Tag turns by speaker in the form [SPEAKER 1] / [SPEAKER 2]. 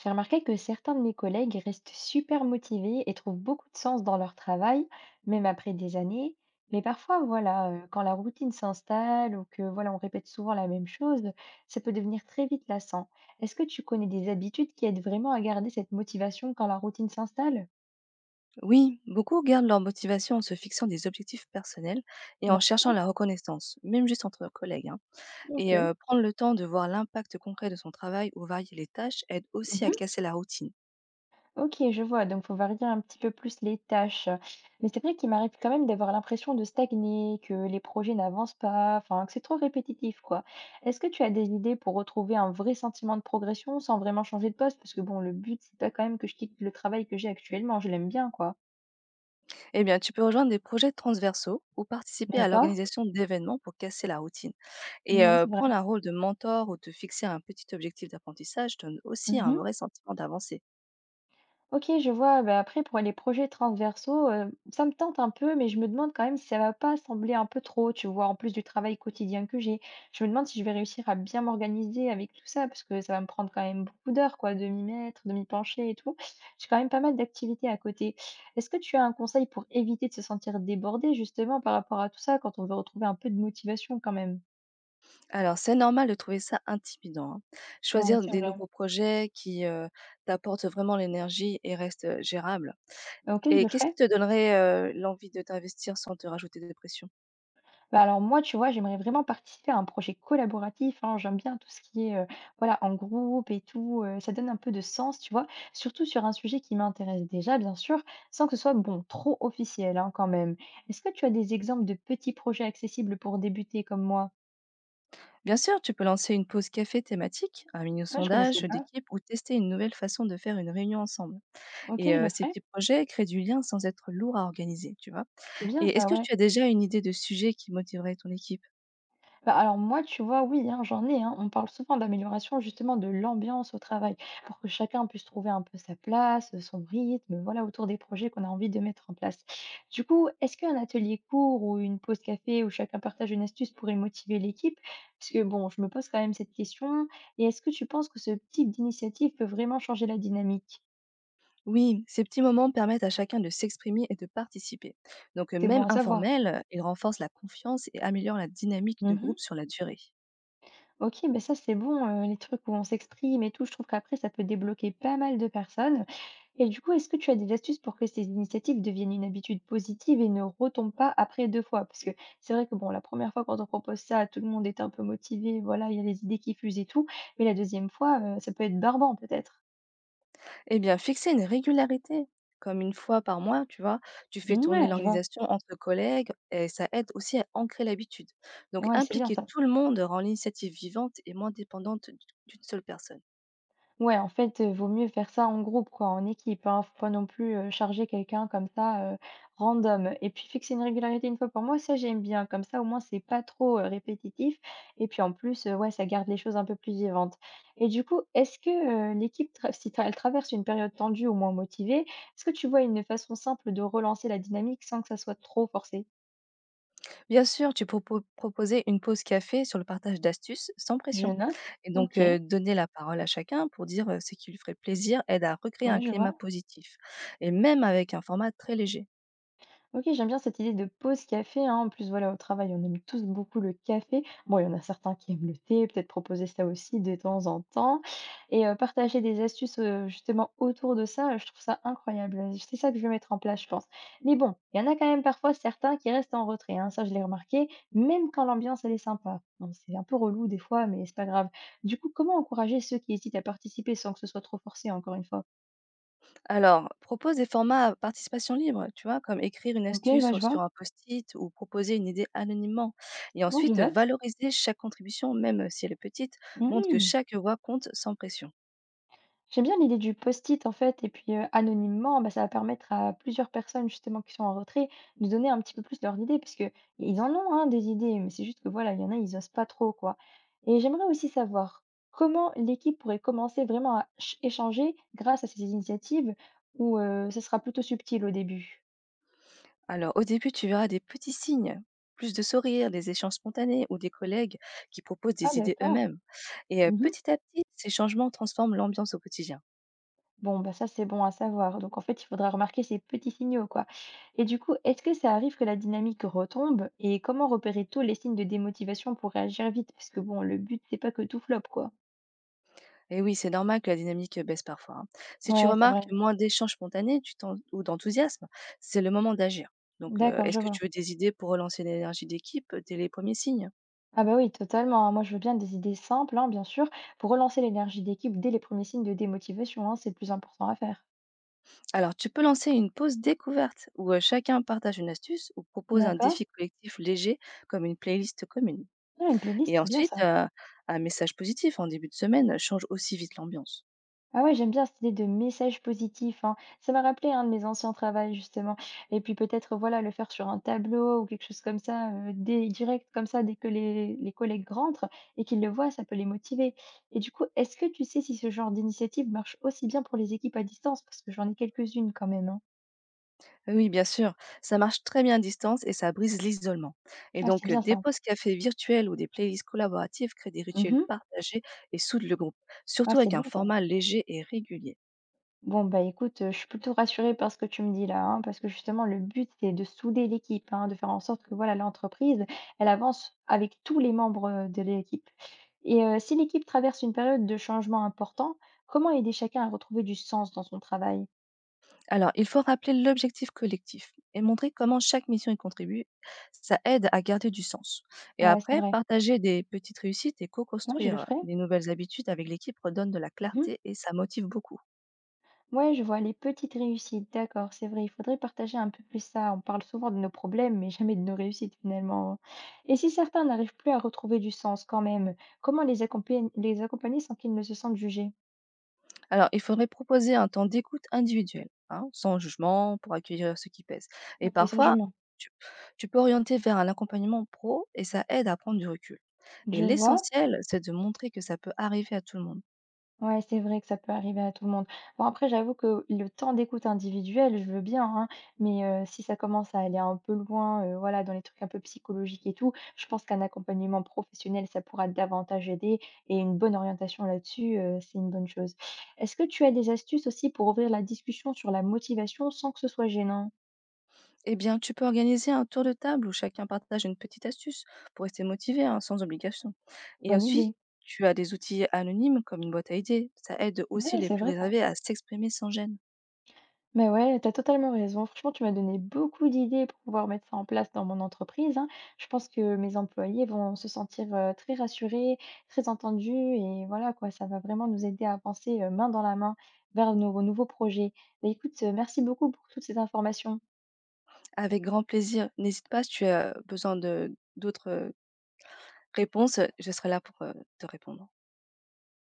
[SPEAKER 1] J'ai remarqué que certains de mes collègues restent super motivés et trouvent beaucoup de sens dans leur travail, même après des années. Mais parfois, voilà, quand la routine s'installe ou que voilà, on répète souvent la même chose, ça peut devenir très vite lassant. Est-ce que tu connais des habitudes qui aident vraiment à garder cette motivation quand la routine s'installe?
[SPEAKER 2] Oui, beaucoup gardent leur motivation en se fixant des objectifs personnels et
[SPEAKER 1] Non.
[SPEAKER 2] en cherchant la reconnaissance, même juste entre collègues, hein.
[SPEAKER 1] Ok.
[SPEAKER 2] Prendre le temps de voir l'impact concret de son travail ou varier les tâches aide aussi à casser la routine.
[SPEAKER 1] OK, je vois, donc faut varier un petit peu plus les tâches. Mais c'est vrai qu'il m'arrive quand même d'avoir l'impression de stagner, que les projets n'avancent pas, enfin que c'est trop répétitif, quoi. Est-ce que tu as des idées pour retrouver un vrai sentiment de progression sans vraiment changer de poste? Parce que bon, le but, c'est pas quand même que je quitte le travail que j'ai actuellement, je l'aime bien, quoi.
[SPEAKER 2] Eh bien, tu peux rejoindre des projets transversaux ou participer à
[SPEAKER 1] D'accord?
[SPEAKER 2] l'organisation d'événements pour casser la routine.
[SPEAKER 1] Non, c'est
[SPEAKER 2] Prendre
[SPEAKER 1] vrai.
[SPEAKER 2] un rôle de mentor ou te fixer un petit objectif d'apprentissage donne aussi un
[SPEAKER 1] Mhm.
[SPEAKER 2] vrai sentiment d'avancée.
[SPEAKER 1] OK, je vois, bah, après pour les projets transversaux, ça me tente un peu, mais je me demande quand même si ça va pas sembler un peu trop, tu vois? En plus du travail quotidien que j'ai. Je me demande si je vais réussir à bien m'organiser avec tout ça, parce que ça va me prendre quand même beaucoup d'heures quoi, de m'y mettre, de m'y pencher et tout. J'ai quand même pas mal d'activités à côté. Est-ce que tu as un conseil pour éviter de se sentir débordé justement par rapport à tout ça, quand on veut retrouver un peu de motivation quand même?
[SPEAKER 2] Alors, c'est normal de trouver ça intimidant, hein.
[SPEAKER 1] Ouais,
[SPEAKER 2] Choisir
[SPEAKER 1] c'est
[SPEAKER 2] des
[SPEAKER 1] vrai.
[SPEAKER 2] nouveaux projets qui, t'apportent vraiment l'énergie et restent, gérables.
[SPEAKER 1] OK, je
[SPEAKER 2] Et
[SPEAKER 1] le
[SPEAKER 2] qu'est-ce qui
[SPEAKER 1] ferai.
[SPEAKER 2] te donnerait, l'envie de t'investir sans te rajouter de pression?
[SPEAKER 1] Bah, alors moi, tu vois, j'aimerais vraiment participer à un projet collaboratif, hein. J'aime bien tout ce qui est, voilà, en groupe et tout, ça donne un peu de sens, tu vois? Surtout sur un sujet qui m'intéresse déjà, bien sûr, sans que ce soit, bon, trop officiel, hein, quand même. Est-ce que tu as des exemples de petits projets accessibles pour débuter comme moi?
[SPEAKER 2] Bien sûr, tu peux lancer une pause café thématique, un
[SPEAKER 1] Ah, je connaissais
[SPEAKER 2] mini-sondage
[SPEAKER 1] pas.
[SPEAKER 2] d'équipe ou tester une nouvelle façon de faire une réunion ensemble.
[SPEAKER 1] OK, je le
[SPEAKER 2] Ces
[SPEAKER 1] ferai.
[SPEAKER 2] petits projets créent du lien sans être lourd à organiser, tu vois?
[SPEAKER 1] C'est bien
[SPEAKER 2] Et est-ce
[SPEAKER 1] ça,
[SPEAKER 2] que
[SPEAKER 1] ouais.
[SPEAKER 2] tu as déjà une idée de sujet qui motiverait ton équipe?
[SPEAKER 1] Bah, alors moi, tu vois, oui, hein, j'en ai, hein. On parle souvent d'amélioration justement de l'ambiance au travail pour que chacun puisse trouver un peu sa place, son rythme, voilà, autour des projets qu'on a envie de mettre en place. Du coup, est-ce qu'un atelier court ou une pause café où chacun partage une astuce pourrait motiver l'équipe? Parce que bon, je me pose quand même cette question. Et est-ce que tu penses que ce type d'initiative peut vraiment changer la dynamique?
[SPEAKER 2] Oui, ces petits moments permettent à chacun de s'exprimer et de participer.
[SPEAKER 1] C'est bon
[SPEAKER 2] Même
[SPEAKER 1] à savoir.
[SPEAKER 2] informel, ils renforcent la confiance et améliorent la dynamique de groupe sur la durée.
[SPEAKER 1] OK, mais ça, c'est bon, les trucs où on s'exprime et tout, je trouve qu'après ça peut débloquer pas mal de personnes et du coup, est-ce que tu as des astuces pour que ces initiatives deviennent une habitude positive et ne retombent pas après 2 fois? Parce que c'est vrai que, bon, la première fois quand on propose ça, tout le monde est un peu motivé, voilà, il y a les idées qui fusent et tout, mais la deuxième fois, ça peut être barbant peut-être?
[SPEAKER 2] Eh bien, fixer une régularité, comme une fois par mois, tu vois, tu fais
[SPEAKER 1] Mmh,
[SPEAKER 2] tourner
[SPEAKER 1] ouais, je vois.
[SPEAKER 2] l'organisation entre collègues et ça aide aussi à ancrer l'habitude. Donc
[SPEAKER 1] Ouais, c'est bien
[SPEAKER 2] impliquer
[SPEAKER 1] ça.
[SPEAKER 2] tout le monde rend l'initiative vivante et moins dépendante d'une seule personne.
[SPEAKER 1] Ouais, en fait, vaut mieux faire ça en groupe quoi, en équipe, hein. Faut pas non plus, charger quelqu'un comme ça, random et puis fixer une régularité une fois par mois, ça j'aime bien. Comme ça, au moins, c'est pas trop, répétitif et puis en plus, ouais, ça garde les choses un peu plus vivantes et du coup, est-ce que, l'équipe tra si tra elle traverse une période tendue ou moins motivée, est-ce que tu vois une façon simple de relancer la dynamique sans que ça soit trop forcé?
[SPEAKER 2] Bien sûr, tu peux proposer une pause café sur le partage d'astuces sans
[SPEAKER 1] Je
[SPEAKER 2] pression.
[SPEAKER 1] note. OK.
[SPEAKER 2] Donner la parole à chacun pour dire ce qui lui ferait plaisir aide à recréer un
[SPEAKER 1] Ouais, je
[SPEAKER 2] climat
[SPEAKER 1] vois.
[SPEAKER 2] positif. Et même avec un format très léger.
[SPEAKER 1] OK, j'aime bien cette idée de pause café, hein. En plus, voilà, au travail, on aime tous beaucoup le café. Bon, il y en a certains qui aiment le thé, peut-être proposer ça aussi de temps en temps. Et partager des astuces justement autour de ça, je trouve ça incroyable. C'est ça que je vais mettre en place, je pense. Mais bon, il y en a quand même parfois certains qui restent en retrait, hein. Ça, je l'ai remarqué, même quand l'ambiance, elle est sympa. Bon, c'est un peu relou des fois, mais c'est pas grave. Du coup, comment encourager ceux qui hésitent à participer sans que ce soit trop forcé, encore une fois?
[SPEAKER 2] Alors, propose des formats à participation libre, tu vois, comme écrire une
[SPEAKER 1] OK, je
[SPEAKER 2] astuce
[SPEAKER 1] vois, je
[SPEAKER 2] sur
[SPEAKER 1] vois.
[SPEAKER 2] sur un post-it ou proposer une idée anonymement. Et
[SPEAKER 1] Non, je
[SPEAKER 2] ensuite,
[SPEAKER 1] note.
[SPEAKER 2] valoriser chaque contribution, même si elle est petite, montre que
[SPEAKER 1] Mmh.
[SPEAKER 2] chaque voix compte sans pression.
[SPEAKER 1] J'aime bien l'idée du post-it en fait et puis, anonymement, bah, ça va permettre à plusieurs personnes justement qui sont en retrait de donner un petit peu plus leurs idées parce que ils en ont, hein, des idées, mais c'est juste que voilà, il y en a, ils osent pas trop quoi et j'aimerais aussi savoir comment l'équipe pourrait commencer vraiment à ch échanger grâce à ces initiatives ou, ce sera plutôt subtil au début?
[SPEAKER 2] Alors, au début, tu verras des petits signes, plus de sourires, des échanges spontanés ou des collègues qui proposent
[SPEAKER 1] Ah
[SPEAKER 2] des idées
[SPEAKER 1] d'accord.
[SPEAKER 2] eux-mêmes.
[SPEAKER 1] Mmh.
[SPEAKER 2] Petit à petit, ces changements transforment l'ambiance au quotidien.
[SPEAKER 1] Bon, bah, ça, c'est bon à savoir. Donc, en fait, il faudra remarquer ces petits signaux, quoi. Et du coup, est-ce que ça arrive que la dynamique retombe? Et comment repérer tôt les signes de démotivation pour réagir vite? Parce que bon, le but, c'est pas que tout flop, quoi.
[SPEAKER 2] Et oui, c'est normal que la dynamique baisse parfois, hein. Si tu
[SPEAKER 1] Ouais, c'est vrai.
[SPEAKER 2] remarques moins d'échanges spontanés ou d'enthousiasme, c'est le moment d'agir.
[SPEAKER 1] D'accord,
[SPEAKER 2] Est-ce
[SPEAKER 1] je
[SPEAKER 2] que
[SPEAKER 1] vois.
[SPEAKER 2] tu veux des idées pour relancer l'énergie d'équipe dès les premiers signes?
[SPEAKER 1] Ah bah oui, totalement, hein. Moi, je veux bien des idées simples, hein, bien sûr, pour relancer l'énergie d'équipe dès les premiers signes de démotivation, hein, c'est le plus important à faire.
[SPEAKER 2] Alors, tu peux lancer une pause découverte où chacun partage une astuce ou propose un
[SPEAKER 1] D'accord?
[SPEAKER 2] défi collectif léger comme une playlist commune.
[SPEAKER 1] Ah, une playlist,
[SPEAKER 2] Et
[SPEAKER 1] c'est bien
[SPEAKER 2] ensuite,
[SPEAKER 1] ça.
[SPEAKER 2] heu, un message positif en début de semaine change aussi vite l'ambiance.
[SPEAKER 1] Ah ouais, j'aime bien cette idée de message positif, hein. Ça m'a rappelé un de mes anciens travaux justement. Et puis peut-être, voilà, le faire sur un tableau ou quelque chose comme ça, direct comme ça, dès que les collègues rentrent et qu'ils le voient, ça peut les motiver. Et du coup, est-ce que tu sais si ce genre d'initiative marche aussi bien pour les équipes à distance? Parce que j'en ai quelques-unes quand même, hein.
[SPEAKER 2] Oui, bien sûr, ça marche très bien à distance et ça brise l'isolement.
[SPEAKER 1] Ah, c'est bien
[SPEAKER 2] Des
[SPEAKER 1] ça.
[SPEAKER 2] pauses café virtuelles ou des playlists collaboratives créent des rituels
[SPEAKER 1] Mhm.
[SPEAKER 2] partagés et soudent le groupe,
[SPEAKER 1] Ah,
[SPEAKER 2] surtout
[SPEAKER 1] c'est
[SPEAKER 2] avec un
[SPEAKER 1] bien ça.
[SPEAKER 2] format léger et régulier.
[SPEAKER 1] Bon, bah, écoute, je suis plutôt rassurée par ce que tu me dis là, hein, parce que justement le but c'est de souder l'équipe, hein, de faire en sorte que voilà l'entreprise, elle avance avec tous les membres, de l'équipe et si l'équipe traverse une période de changement important, comment aider chacun à retrouver du sens dans son travail?
[SPEAKER 2] Alors, il faut rappeler l'objectif collectif et montrer comment chaque mission y contribue. Ça aide à garder du sens. Et
[SPEAKER 1] Ouais, c'est
[SPEAKER 2] après,
[SPEAKER 1] vrai.
[SPEAKER 2] partager des petites réussites et
[SPEAKER 1] Moi je le
[SPEAKER 2] co-construire,
[SPEAKER 1] ferai.
[SPEAKER 2] des nouvelles habitudes avec l'équipe redonne de la
[SPEAKER 1] Mmh.
[SPEAKER 2] clarté et ça motive beaucoup.
[SPEAKER 1] Ouais, je vois les petites réussites, d'accord, c'est vrai, il faudrait partager un peu plus ça. On parle souvent de nos problèmes, mais jamais de nos réussites finalement. Et si certains n'arrivent plus à retrouver du sens quand même, comment les accompagner sans qu'ils ne se sentent jugés?
[SPEAKER 2] Alors, il faudrait proposer un temps d'écoute individuel, hein, sans jugement, pour accueillir ce qui pèse. Et
[SPEAKER 1] Ok, sans
[SPEAKER 2] parfois,
[SPEAKER 1] jugement.
[SPEAKER 2] tu, tu peux orienter vers un accompagnement pro et ça aide à prendre du recul. Et
[SPEAKER 1] Je vois.
[SPEAKER 2] l'essentiel, c'est de montrer que ça peut arriver à tout le monde.
[SPEAKER 1] Ouais, c'est vrai que ça peut arriver à tout le monde. Bon, après, j'avoue que le temps d'écoute individuelle, je veux bien, hein, mais si ça commence à aller un peu loin, voilà, dans les trucs un peu psychologiques et tout, je pense qu'un accompagnement professionnel, ça pourra davantage aider et une bonne orientation là-dessus, c'est une bonne chose. Est-ce que tu as des astuces aussi pour ouvrir la discussion sur la motivation sans que ce soit gênant?
[SPEAKER 2] Eh bien, tu peux organiser un tour de table où chacun partage une petite astuce pour rester motivé, hein, sans obligation. Et
[SPEAKER 1] Bonne
[SPEAKER 2] ensuite,
[SPEAKER 1] idée.
[SPEAKER 2] tu as des outils anonymes comme une boîte à idées. Ça aide aussi
[SPEAKER 1] Ouais,
[SPEAKER 2] les
[SPEAKER 1] c'est
[SPEAKER 2] plus
[SPEAKER 1] vrai, ça.
[SPEAKER 2] réservés à s'exprimer sans gêne.
[SPEAKER 1] Mais ouais, t'as totalement raison. Franchement, tu m'as donné beaucoup d'idées pour pouvoir mettre ça en place dans mon entreprise, hein. Je pense que mes employés vont se sentir, très rassurés, très entendus et voilà quoi, ça va vraiment nous aider à avancer, main dans la main vers nos nouveaux projets. Bah, écoute, merci beaucoup pour toutes ces informations.
[SPEAKER 2] Avec grand plaisir. N'hésite pas si tu as besoin de d'autres réponse, «Je serai là pour, te répondre».